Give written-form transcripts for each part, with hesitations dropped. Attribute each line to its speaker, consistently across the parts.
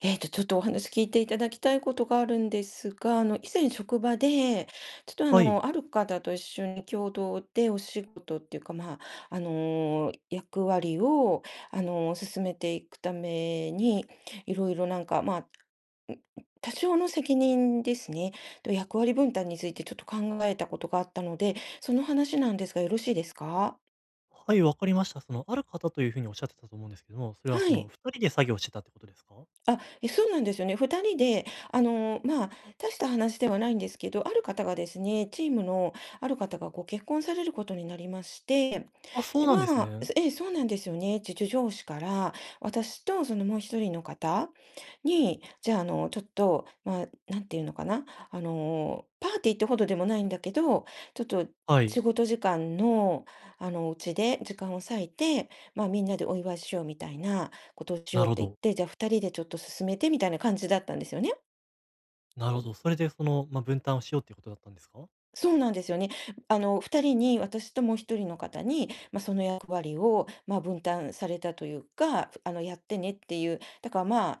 Speaker 1: ちょっとお話聞いていただきたいことがあるんですが、以前職場で、ちょっと
Speaker 2: はい。
Speaker 1: ある方と一緒に共同でお仕事っていうか、まあ、役割を、進めていくために、いろいろなんか、まあ、多少の責任ですね、と役割分担についてちょっと考えたことがあったので、その話なんですがよろしいですか？
Speaker 2: はい、わかりました。ある方というふうにおっしゃってたと思うんですけども、それは
Speaker 1: は
Speaker 2: その、
Speaker 1: い。
Speaker 2: 2人で作業してたってことですか？
Speaker 1: あ、そうなんですよね。二人で、まあ、大した話ではないんですけど、ある方がですね、チームのある方がご結婚されることになりまして、
Speaker 2: あ、そう
Speaker 1: で、
Speaker 2: なんです
Speaker 1: まあ、
Speaker 2: ね。
Speaker 1: ええ、そうなんですよねって上司から、私とそのもう一人の方に、じゃあ、ちょっと、まあ、なんていうのかな、パーティーってほどでもないんだけど、ちょっと、
Speaker 2: は
Speaker 1: 仕
Speaker 2: い。
Speaker 1: 事時間の、うちで時間を割いて、まあ、みんなでお祝いしようみたいなことをし
Speaker 2: な
Speaker 1: よう
Speaker 2: る
Speaker 1: っ
Speaker 2: ほ
Speaker 1: て言っ
Speaker 2: ど。
Speaker 1: て、じゃあ2人でちょっと進めてみたいな感じだったんですよね。
Speaker 2: なるほど。それで分担をしようっていうことだったんですか？
Speaker 1: そうなんですよね。あの2人に、私ともう一人の方に、まあ、その役割を、まあ、分担されたというか、やってねっていう、だからまあ、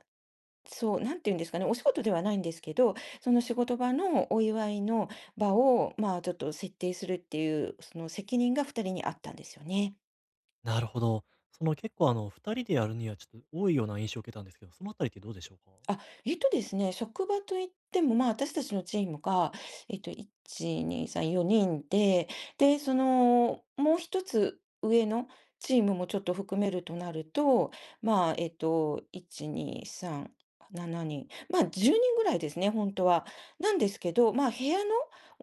Speaker 1: そう、なんて言うんですかね、お仕事ではないんですけど、その仕事場のお祝いの場を、まあ、ちょっと設定するっていう、その責任が2人にあったんですよね。
Speaker 2: なるほど。その、結構2人でやるにはちょっと多いような印象を受けたんですけど、そのあたりってどうでしょうか？
Speaker 1: あ、ですね、職場といっても、まあ、私たちのチームが、1、2、3、4人で、で、その、もう一つ上のチームもちょっと含めるとなると、まあ、1、2、3、7人、まあ、10人ぐらいですね、本当は。なんですけど、まあ、部屋の、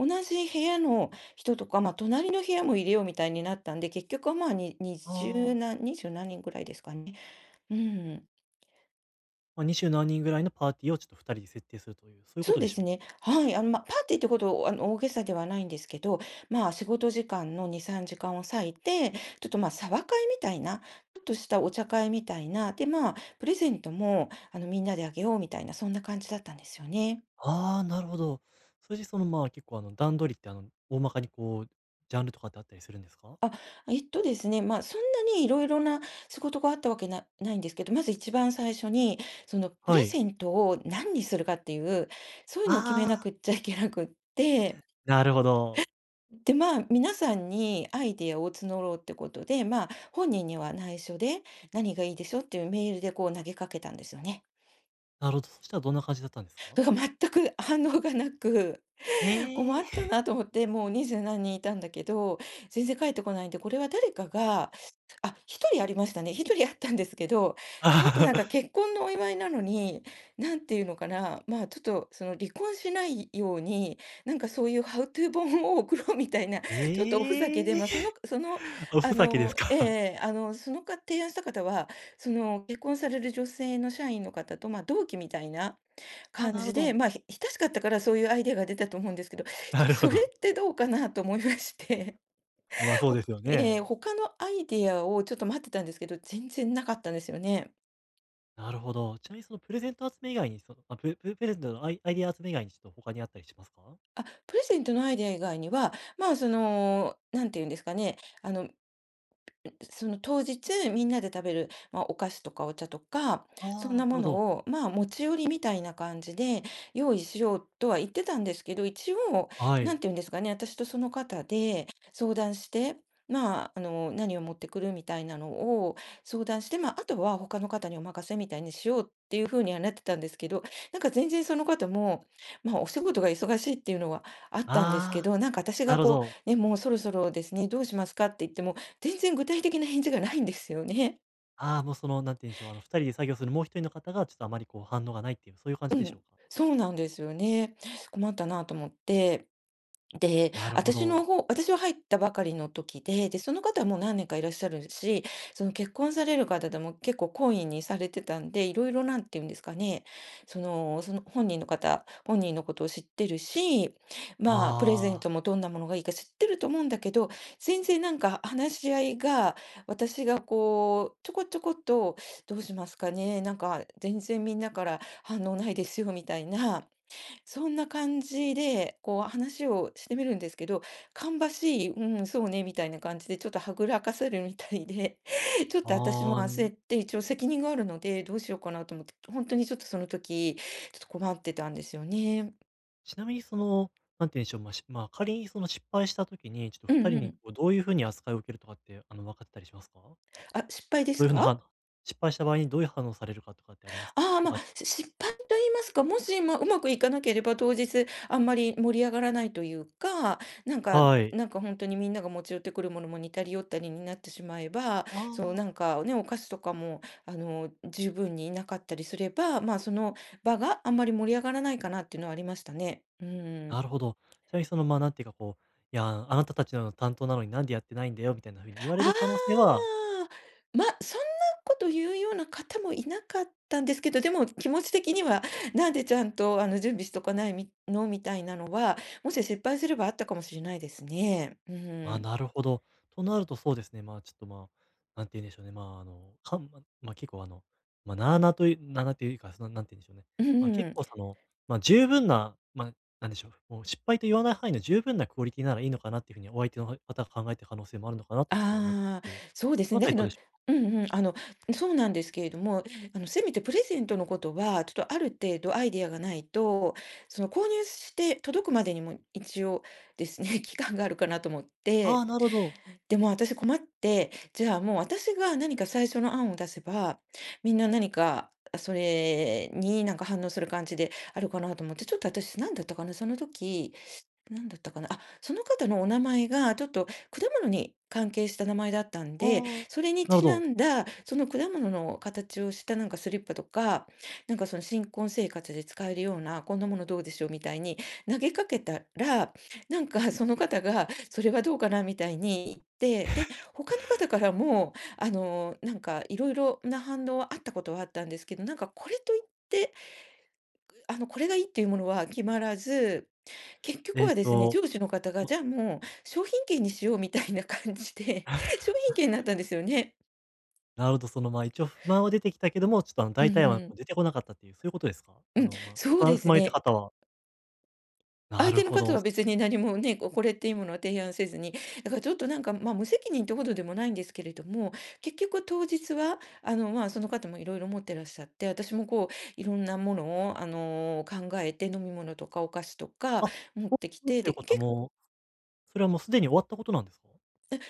Speaker 1: 同じ部屋の人とか、まあ、隣の部屋も入れようみたいになったんで、結局はまあ、に
Speaker 2: あ
Speaker 1: 20
Speaker 2: あ、
Speaker 1: 何、20何人ぐらいですかね。うん。
Speaker 2: 20何人ぐらいのパーティーをちょっと2人で設定するという、そういうこ
Speaker 1: そ
Speaker 2: と
Speaker 1: う
Speaker 2: で
Speaker 1: で
Speaker 2: しょ
Speaker 1: す
Speaker 2: うか？
Speaker 1: ね。はい。まあ、パーティーってほど、大げさではないんですけど、まあ、仕事時間の2、3時間を割いて、ちょっと、まあ、茶話会みたいな、ちょっとしたお茶会みたいな、で、まあ、プレゼントも、みんなであげようみたいな、そんな感じだったんですよね。
Speaker 2: ああ、なるほど。それでその、まあ、結構あの、段取りって大まかにこう、ジャンルとかってあったりするんですか？
Speaker 1: あ、ですね、まあ、そんなにいろいろな仕事があったわけなないんですけど、まず一番最初に、その、プ
Speaker 2: は
Speaker 1: レ
Speaker 2: い。
Speaker 1: ゼントを何にするかっていう、そういうのを決めな
Speaker 2: あ
Speaker 1: く
Speaker 2: あ、
Speaker 1: っちゃいけなくって
Speaker 2: なるほど。
Speaker 1: で、まあ、皆さんにアイディアを募ろうってことで、まあ、本人には内緒で、何がいいでしょうっていうメールでこう投げかけたんですよね。
Speaker 2: なるほど、そしたらどんな感じだったんですか？
Speaker 1: それが全く反応がなく 困
Speaker 2: え
Speaker 1: っ
Speaker 2: え。
Speaker 1: たなと思って、もう二十何人いたんだけど、全然帰ってこないんで、これは誰かが、あ、1人ありましたね。1人あったんですけど、ちょっと なんか
Speaker 2: ああ、
Speaker 1: 結婚のお祝いなのに、なんていうのかな、まあちょっとその離婚しないように、なんかそういうハウトゥー本を送ろうみたいな、ちょっとおふざけで、
Speaker 2: ええ。
Speaker 1: まあその、
Speaker 2: おふ
Speaker 1: あ
Speaker 2: ざけです
Speaker 1: の、え
Speaker 2: か？
Speaker 1: そのか提案した方は、その結婚される女性の社員の方と、まあ同期みたいな
Speaker 2: あ、
Speaker 1: 感
Speaker 2: なるほ
Speaker 1: じで、
Speaker 2: ど。
Speaker 1: まあ、親しかったからそういうアイデアが出たと思うんですけど、ちょ
Speaker 2: な
Speaker 1: っと
Speaker 2: るほ
Speaker 1: そ
Speaker 2: ど。
Speaker 1: れ ってどうかなと思いまして、
Speaker 2: まあ、そう
Speaker 1: ほ
Speaker 2: で
Speaker 1: か
Speaker 2: すよ
Speaker 1: ええ、
Speaker 2: ね。
Speaker 1: 他のアイデアをちょっと待ってたんですけど、全然なかったんですよね。
Speaker 2: なるほど。ちなみにそのプレゼント集め以外に、その、あ、プレプレプレゼントのアイアイデア集め以外にちょっと他にあったりしますか？
Speaker 1: あ、プレゼントのアイデア以外には、まあ、その、何て言うんですかね、その当日みんなで食べる、まあ、お菓子とかお茶とか、
Speaker 2: あ
Speaker 1: そんな
Speaker 2: あ、なる
Speaker 1: も
Speaker 2: ほ
Speaker 1: の
Speaker 2: ど。
Speaker 1: を、まあ、持ち寄りみたいな感じで用意しようとは言ってたんですけど、一応、
Speaker 2: は
Speaker 1: な
Speaker 2: い。
Speaker 1: んていうんですかね、私とその方で相談して、まあ、何を持ってくるみたいなのを相談して、まあ、あとは他の方にお任せみたいにしようっていう風にはなってたんですけど、なんか全然その方も、まあ、お仕事が忙しいっていうのはあったんですけ
Speaker 2: ああ、
Speaker 1: ど、なんか私
Speaker 2: な
Speaker 1: が
Speaker 2: るほ
Speaker 1: こ
Speaker 2: ど。
Speaker 1: う、ね、もうそろそろですね、どうしますかって言っても全然具体的な返事がないんですよね。
Speaker 2: ああ、もうその、なんて言うんでしょう、あの、2人で作業するもう一人の方がちょっとあまりこう反応がないっていう、そういう感じでしょうか？
Speaker 1: そうなんですよね。困ったなと思って。で、
Speaker 2: なるほ
Speaker 1: 私の
Speaker 2: ど。
Speaker 1: 方、私は入ったばかりの時で、で、その方はもう何年かいらっしゃるし、その結婚される方でも結構懇意にされてたんで、いろいろなんて言うんですかね、その本人のことを知ってるし、まあ、プレゼン
Speaker 2: ああ、
Speaker 1: トもどんなものがいいか知ってると思うんだけど、全然なんか話し合いが、私がこう、ちょこちょこと、どうしますかね、なんか全然みんなから反応ないですよみたいなそんな感じで、こう話をしてみるんですけど、芳しい、うん、そうね、みたいな感じで、ちょっとはぐらかせるみたいで、ちょっと私も
Speaker 2: ああ。
Speaker 1: 焦って、一応責任があるので、どうしようかなと思って、本当にちょっとその時、ちょっと困ってたんですよね。
Speaker 2: ちなみにその、なんて言うんでしょう、まあ、しまあ、仮にその失敗した時に、ちょっと
Speaker 1: う
Speaker 2: 2人
Speaker 1: んう
Speaker 2: にこ
Speaker 1: ん。
Speaker 2: うどういう風に扱いを受けるとかって、分かってたりしますか？
Speaker 1: あ、失敗で
Speaker 2: どうい
Speaker 1: す
Speaker 2: う風な
Speaker 1: か？
Speaker 2: 反失敗した場合にどういう反応されるかとかってありますか？
Speaker 1: ああ、
Speaker 2: 分
Speaker 1: まあ、
Speaker 2: かって、
Speaker 1: 失敗と言いますか、もし、ま、うまくいかなければ当日あんまり盛り上がらないというか、なんか
Speaker 2: はい。
Speaker 1: なんかほんとにみんなが持ち寄ってくるものも似たり寄ったりになってしまえば、
Speaker 2: あ
Speaker 1: そう
Speaker 2: あ、
Speaker 1: なんかね、お菓子とかも十分になかったりすれば、まあ、その場があんまり盛り上がらないかなっていうのはありましたね。う
Speaker 2: な
Speaker 1: ん。
Speaker 2: るほど。ちなみにその、まあ、なんていうかこう、いや、あなたたちの担当なのになんでやってないんだよみたいな風に言われる可能性
Speaker 1: あ
Speaker 2: は、
Speaker 1: あ、ま、そんなこと言うような方もいなかったんですけど、でも気持ち的には、なんでちゃんと、準備しとかないみのみたいなのは、もし失敗すればあったかもしれないですね。う
Speaker 2: まあ、
Speaker 1: ん。
Speaker 2: なるほど。となるとそうですね、まあ、ちょっと、まあ、なんて言うんでしょうね、まあ、あの、かんままあ、結構、あの、まあ、なあなあというなあなあというか、その、なんて言うんでしょうね、
Speaker 1: うん
Speaker 2: まあ、結
Speaker 1: うん。
Speaker 2: 構、その、まあ、十分な、まあ、なんでしょう、もう失敗と言わない範囲の十分なクオリティならいいのかなっていうふうにお相手の方が考えてる可能性もあるのかなとちょっと思っ
Speaker 1: ああ、
Speaker 2: て、
Speaker 1: そうです
Speaker 2: その
Speaker 1: ね。
Speaker 2: あ
Speaker 1: だ
Speaker 2: たり
Speaker 1: け
Speaker 2: どう
Speaker 1: ど
Speaker 2: でしょう？
Speaker 1: うんうん、そうなんですけれども、せめてプレゼントのことは、ちょっとある程度アイデアがないと、その購入して届くまでにも一応ですね、期間があるかなと思っ
Speaker 2: ああ、
Speaker 1: て、
Speaker 2: なるほど。
Speaker 1: でも私困って、じゃあもう私が何か最初の案を出せば、みんな何か、あ、それになんか反応する感じであるかなと思って、ちょっと私何だったかな、その時、なんだったかな。あ、その方のお名前がちょっと果物に関係した名前だったんで、
Speaker 2: ああ、
Speaker 1: それに
Speaker 2: なるほ
Speaker 1: ちな
Speaker 2: ど。
Speaker 1: んだ、その果物の形をしたなんかスリッパとか、なんかその新婚生活で使えるような、こんなものどうでしょうみたいに投げかけたら、なんかその方が、それはどうかなみたいに言って、で、他の方からも、あの、なんかいろいろな反応はあったことはあったんですけど、なんかこれといって、あの、これがいいっていうものは決まらず、結局
Speaker 2: えっ
Speaker 1: はですね、
Speaker 2: と、
Speaker 1: 上司の方が、
Speaker 2: ま、
Speaker 1: じゃあもう商品券にしようみたいな感じで、商品券になったんですよね。
Speaker 2: なるほど、一応不満は出てきたけども、ちょっと、あの、
Speaker 1: う
Speaker 2: 大
Speaker 1: んう
Speaker 2: 体は、こう、出て
Speaker 1: ん。
Speaker 2: こなかったっていう、そういうことですか？
Speaker 1: うん、そうで
Speaker 2: 不満
Speaker 1: す
Speaker 2: を言った
Speaker 1: ね。
Speaker 2: 方は。な
Speaker 1: 相
Speaker 2: る
Speaker 1: 手の
Speaker 2: ほ
Speaker 1: 方
Speaker 2: ど。
Speaker 1: は別に何もね、これっていうものは提案せずに、だからちょっとなんか、まあ、無責任ってほどでもないんですけれども、結局当日は、あの、まあ、その方もいろいろ持ってらっしゃって、私もこういろんなものを、あの、考えて飲み物とかお菓子とか
Speaker 2: あ、
Speaker 1: 持っ
Speaker 2: と
Speaker 1: てき
Speaker 2: っ
Speaker 1: て、
Speaker 2: ていう
Speaker 1: で、
Speaker 2: ことはもう、それはもうすでに終わったことなんですか？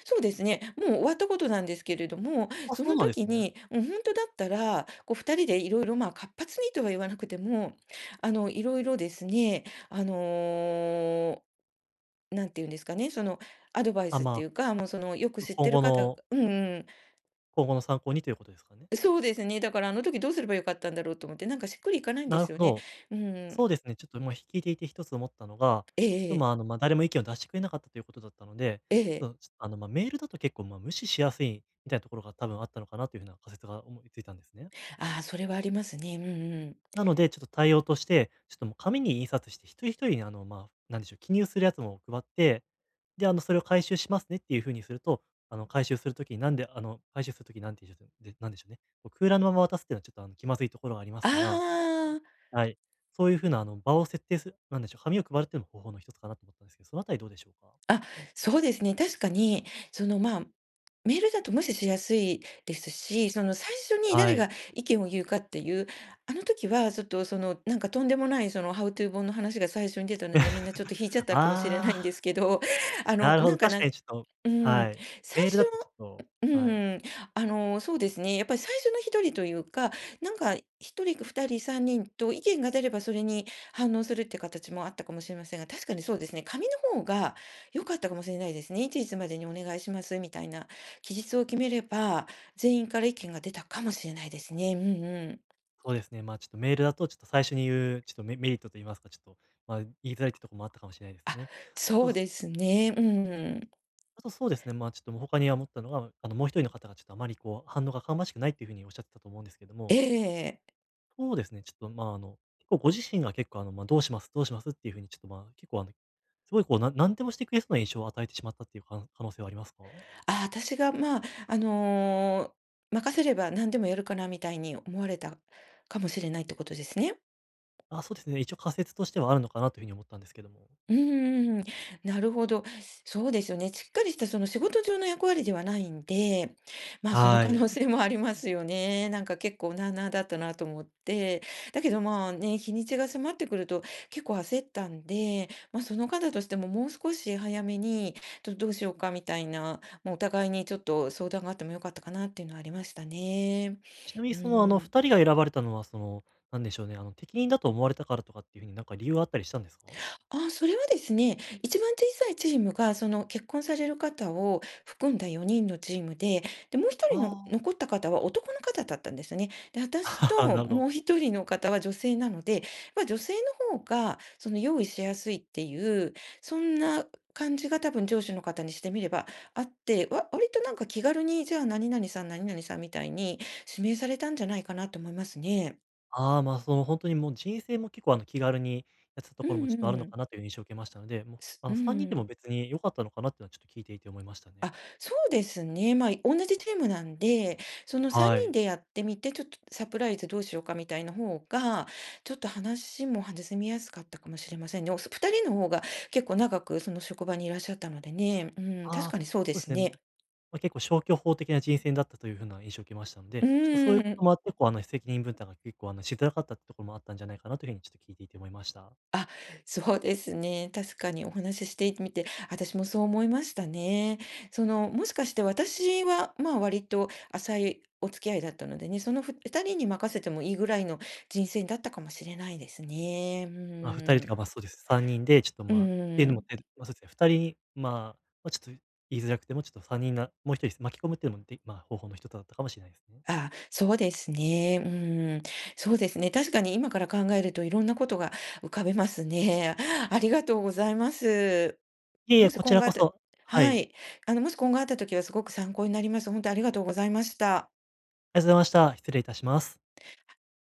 Speaker 1: そうですね。もう終わったことなんですけれども、
Speaker 2: あ、
Speaker 1: そ
Speaker 2: そ
Speaker 1: の
Speaker 2: うなんです
Speaker 1: 時
Speaker 2: ね。
Speaker 1: に、もう本当だったら、こう2人でいろいろま、活発にとは言わなくても、あの、いろいろですね、あの、なんて言うんですかね、その、アドバイ
Speaker 2: あ、
Speaker 1: スっ
Speaker 2: ま
Speaker 1: てい
Speaker 2: あ、
Speaker 1: うか、もうその、よく知っ
Speaker 2: 今
Speaker 1: てる
Speaker 2: 後
Speaker 1: 方が、
Speaker 2: の、
Speaker 1: うんうん。
Speaker 2: 今後の参考にということですかね。
Speaker 1: そうですね。だからあの時どうすればよかったんだろうと思って、なんかしっくりいかないん
Speaker 2: な
Speaker 1: で
Speaker 2: る
Speaker 1: す
Speaker 2: ほ
Speaker 1: よね。
Speaker 2: ど。
Speaker 1: うんん。
Speaker 2: そうですね、ちょっと今聞いていて一つ思ったのが、
Speaker 1: え
Speaker 2: ちょっ
Speaker 1: ええ
Speaker 2: と、まあ、あの、
Speaker 1: え。
Speaker 2: まあ、誰も意見を出してくれなかったということだったので、ちょっと、ちょっとあの、まあ、メールだと結構無視しやすいみたいなところが多分あったのかなという風な仮説が思いついたんですね。
Speaker 1: ああ、それはありますね。うんうん。
Speaker 2: なので、ちょっと対応として、ちょっともう紙に印刷して、一人一人にあの、まあ、なんでしょう、記入するやつも配って、で、それを回収しますねっていう風にすると、回収するときになんて言うんでしょうでなんでしょうね、こう空欄のまま渡すっていうのはちょっとあの気まずいところがあります
Speaker 1: あ
Speaker 2: から、
Speaker 1: あ。
Speaker 2: はい。そういう風なあの場を設定する、なんでしょう、紙を配るっていうのも方法の一つかなと思ったんですけど、そのあたりどうでしょうか？
Speaker 1: あ、そうですね。確かに、その、まあメールだと無視しやすいですし、その最初に
Speaker 2: は
Speaker 1: 誰
Speaker 2: い。
Speaker 1: が意見を言うかっていう、あの時はちょっとそのなんかとんでもないそのハウトゥー本の話が最初に出たのでみんなちょっと引いち ゃったかもしれないんで
Speaker 2: あ
Speaker 1: すけど、あ
Speaker 2: あ、
Speaker 1: の
Speaker 2: なるほ
Speaker 1: な
Speaker 2: ど、
Speaker 1: んか
Speaker 2: 確
Speaker 1: な
Speaker 2: かにちょっと、
Speaker 1: う
Speaker 2: は
Speaker 1: ん、
Speaker 2: い。
Speaker 1: 最
Speaker 2: メール
Speaker 1: 初
Speaker 2: だとちょっと、
Speaker 1: う
Speaker 2: はい。
Speaker 1: ん、あの、そうですね。やっぱり最初の1人というか、なんか1人2人、3人と意見が出ればそれに反応するって形もあったかもしれませんが、確かにそうですね、紙の方が良かったかもしれないですね。いついつまでにお願いしますみたいな期日を決めれば、全員から意見が出たかもしれないですね。うんうん。
Speaker 2: そうですね。まあ、ちょっとメールだと、ちょっと最初に言う、ちょっとメリットと言いますか、ちょっと、まあ、言いづらいってところもあったかもしれないです
Speaker 1: あ、
Speaker 2: ね。あ
Speaker 1: そ
Speaker 2: と、
Speaker 1: うですね。うん。
Speaker 2: あとそうですね、まあ、ちょっともう他に思ったのが、まあの、もう一人の方がちょっとあまりこう、反応が芳しくないっていうふうにおっしゃってたと思うんですけども、
Speaker 1: ええ。
Speaker 2: そうですね、ちょっと、まあ、あの、結構ご自身が結構、どうします、どうしますっていうふうに、ちょっとまあ、結構、あの、すごいこう、何でもしてくれそうな印象を与えてしまったっていう可能性はありますか？
Speaker 1: ああ、私が、まあ、あの、任せれば何でもやるかなみたいに思われたかもしれないってことですね。
Speaker 2: あ、そうですね。一応仮説としてはあるのかなというふうに思ったんですけども。
Speaker 1: うんんん、なるほど。そうですよね。しっかりしたその仕事上の役割ではないんで、まあその
Speaker 2: は
Speaker 1: 可
Speaker 2: い。
Speaker 1: 能性もありますよね。なんか結構なあなあだったなと思って。だけどまあね、日にちが迫ってくると結構焦ったんで、まあその方としてももう少し早めに、ちょっとどうしようかみたいな、もうお互いにちょっと相談があってもよかったかなっていうのはありましたね。
Speaker 2: ちなみに
Speaker 1: うん。
Speaker 2: 2人が選ばれたのは、その、なんでしょうね、あの、適任だと思われたからとかっていうふうになんか理由はあったりしたんですか？
Speaker 1: あ、それはですね、一番小さいチームが、その結婚される方を含んだ4人のチームで、で、もう一
Speaker 2: あ
Speaker 1: 人の
Speaker 2: あ
Speaker 1: 残
Speaker 2: ー。
Speaker 1: った方は男の方だったんですね。で、私
Speaker 2: な
Speaker 1: と
Speaker 2: るほど。
Speaker 1: もう一人の方は女性なので、ま、女性の方がその用意しやすいっていう、そんな感じが多分上司の方にしてみればあって、割となんか気軽に、じゃあ何々さん、何々さんみたいに指名されたんじゃないかなと思いますね。
Speaker 2: 本当にもう人生も結構気軽にやってたと
Speaker 1: う
Speaker 2: ころも
Speaker 1: ん
Speaker 2: ちょっとある
Speaker 1: う
Speaker 2: の
Speaker 1: ん。
Speaker 2: かなという印象を受けましたので、もう、あ
Speaker 1: う
Speaker 2: の、3人でも
Speaker 1: ん。
Speaker 2: 別に良かったのかなっていうのはちょっと聞いていて思いましたね。
Speaker 1: あ、そうですね。まあ、同じチームなんで、その3
Speaker 2: は
Speaker 1: 人
Speaker 2: い。
Speaker 1: でやってみて、ちょっとサプライズどうしようかみたいな方が、ちょっと話も弾みやすかったかもしれませんね。2人の方が結構長くその職場にいらっしゃったのでね。うん、
Speaker 2: あ
Speaker 1: 確
Speaker 2: あ、
Speaker 1: かにそうで
Speaker 2: そうで
Speaker 1: す
Speaker 2: すね。
Speaker 1: ね。
Speaker 2: まあ、結構消去法的な人選だったという風な印象を受けましたので、
Speaker 1: う
Speaker 2: ちょっとそういうこと
Speaker 1: ん。
Speaker 2: もあって、責任分担が結構しづらかったってところもあったんじゃないかなというふうにちょっと聞いていて思いました。
Speaker 1: あ、そうですね。確かにお話ししてみて、私もそう思いましたね。その、もしかして私は、まあ、割と浅いお付き合いだったのでね、その2人に任せてもいいぐらいの人生だったかもしれないですね。う
Speaker 2: まあ、2人とか、
Speaker 1: ん。
Speaker 2: まあ、そうです、3人でちょっと、
Speaker 1: う
Speaker 2: まあっていうのも、
Speaker 1: ん。
Speaker 2: え、まあ、そうですね、2人、まあ、まあ、ちょっと言いづらくても、ちょっと3人なもう1人巻き込むっていうのも、まあ、方法の一つだったかもしれないですね。
Speaker 1: あ、そうですね。うん。そうですね。確かに今から考えるといろんなことが浮かべますね。ありがとうございます。
Speaker 2: いえいえ、
Speaker 1: もし
Speaker 2: こち
Speaker 1: 今
Speaker 2: ら
Speaker 1: 後あ
Speaker 2: こ
Speaker 1: った
Speaker 2: そ。は
Speaker 1: は
Speaker 2: い、
Speaker 1: い。あの、もし今後あった時はすごく参考になります。本当にありがとうございました。
Speaker 2: ありがとうございました。失礼いたします。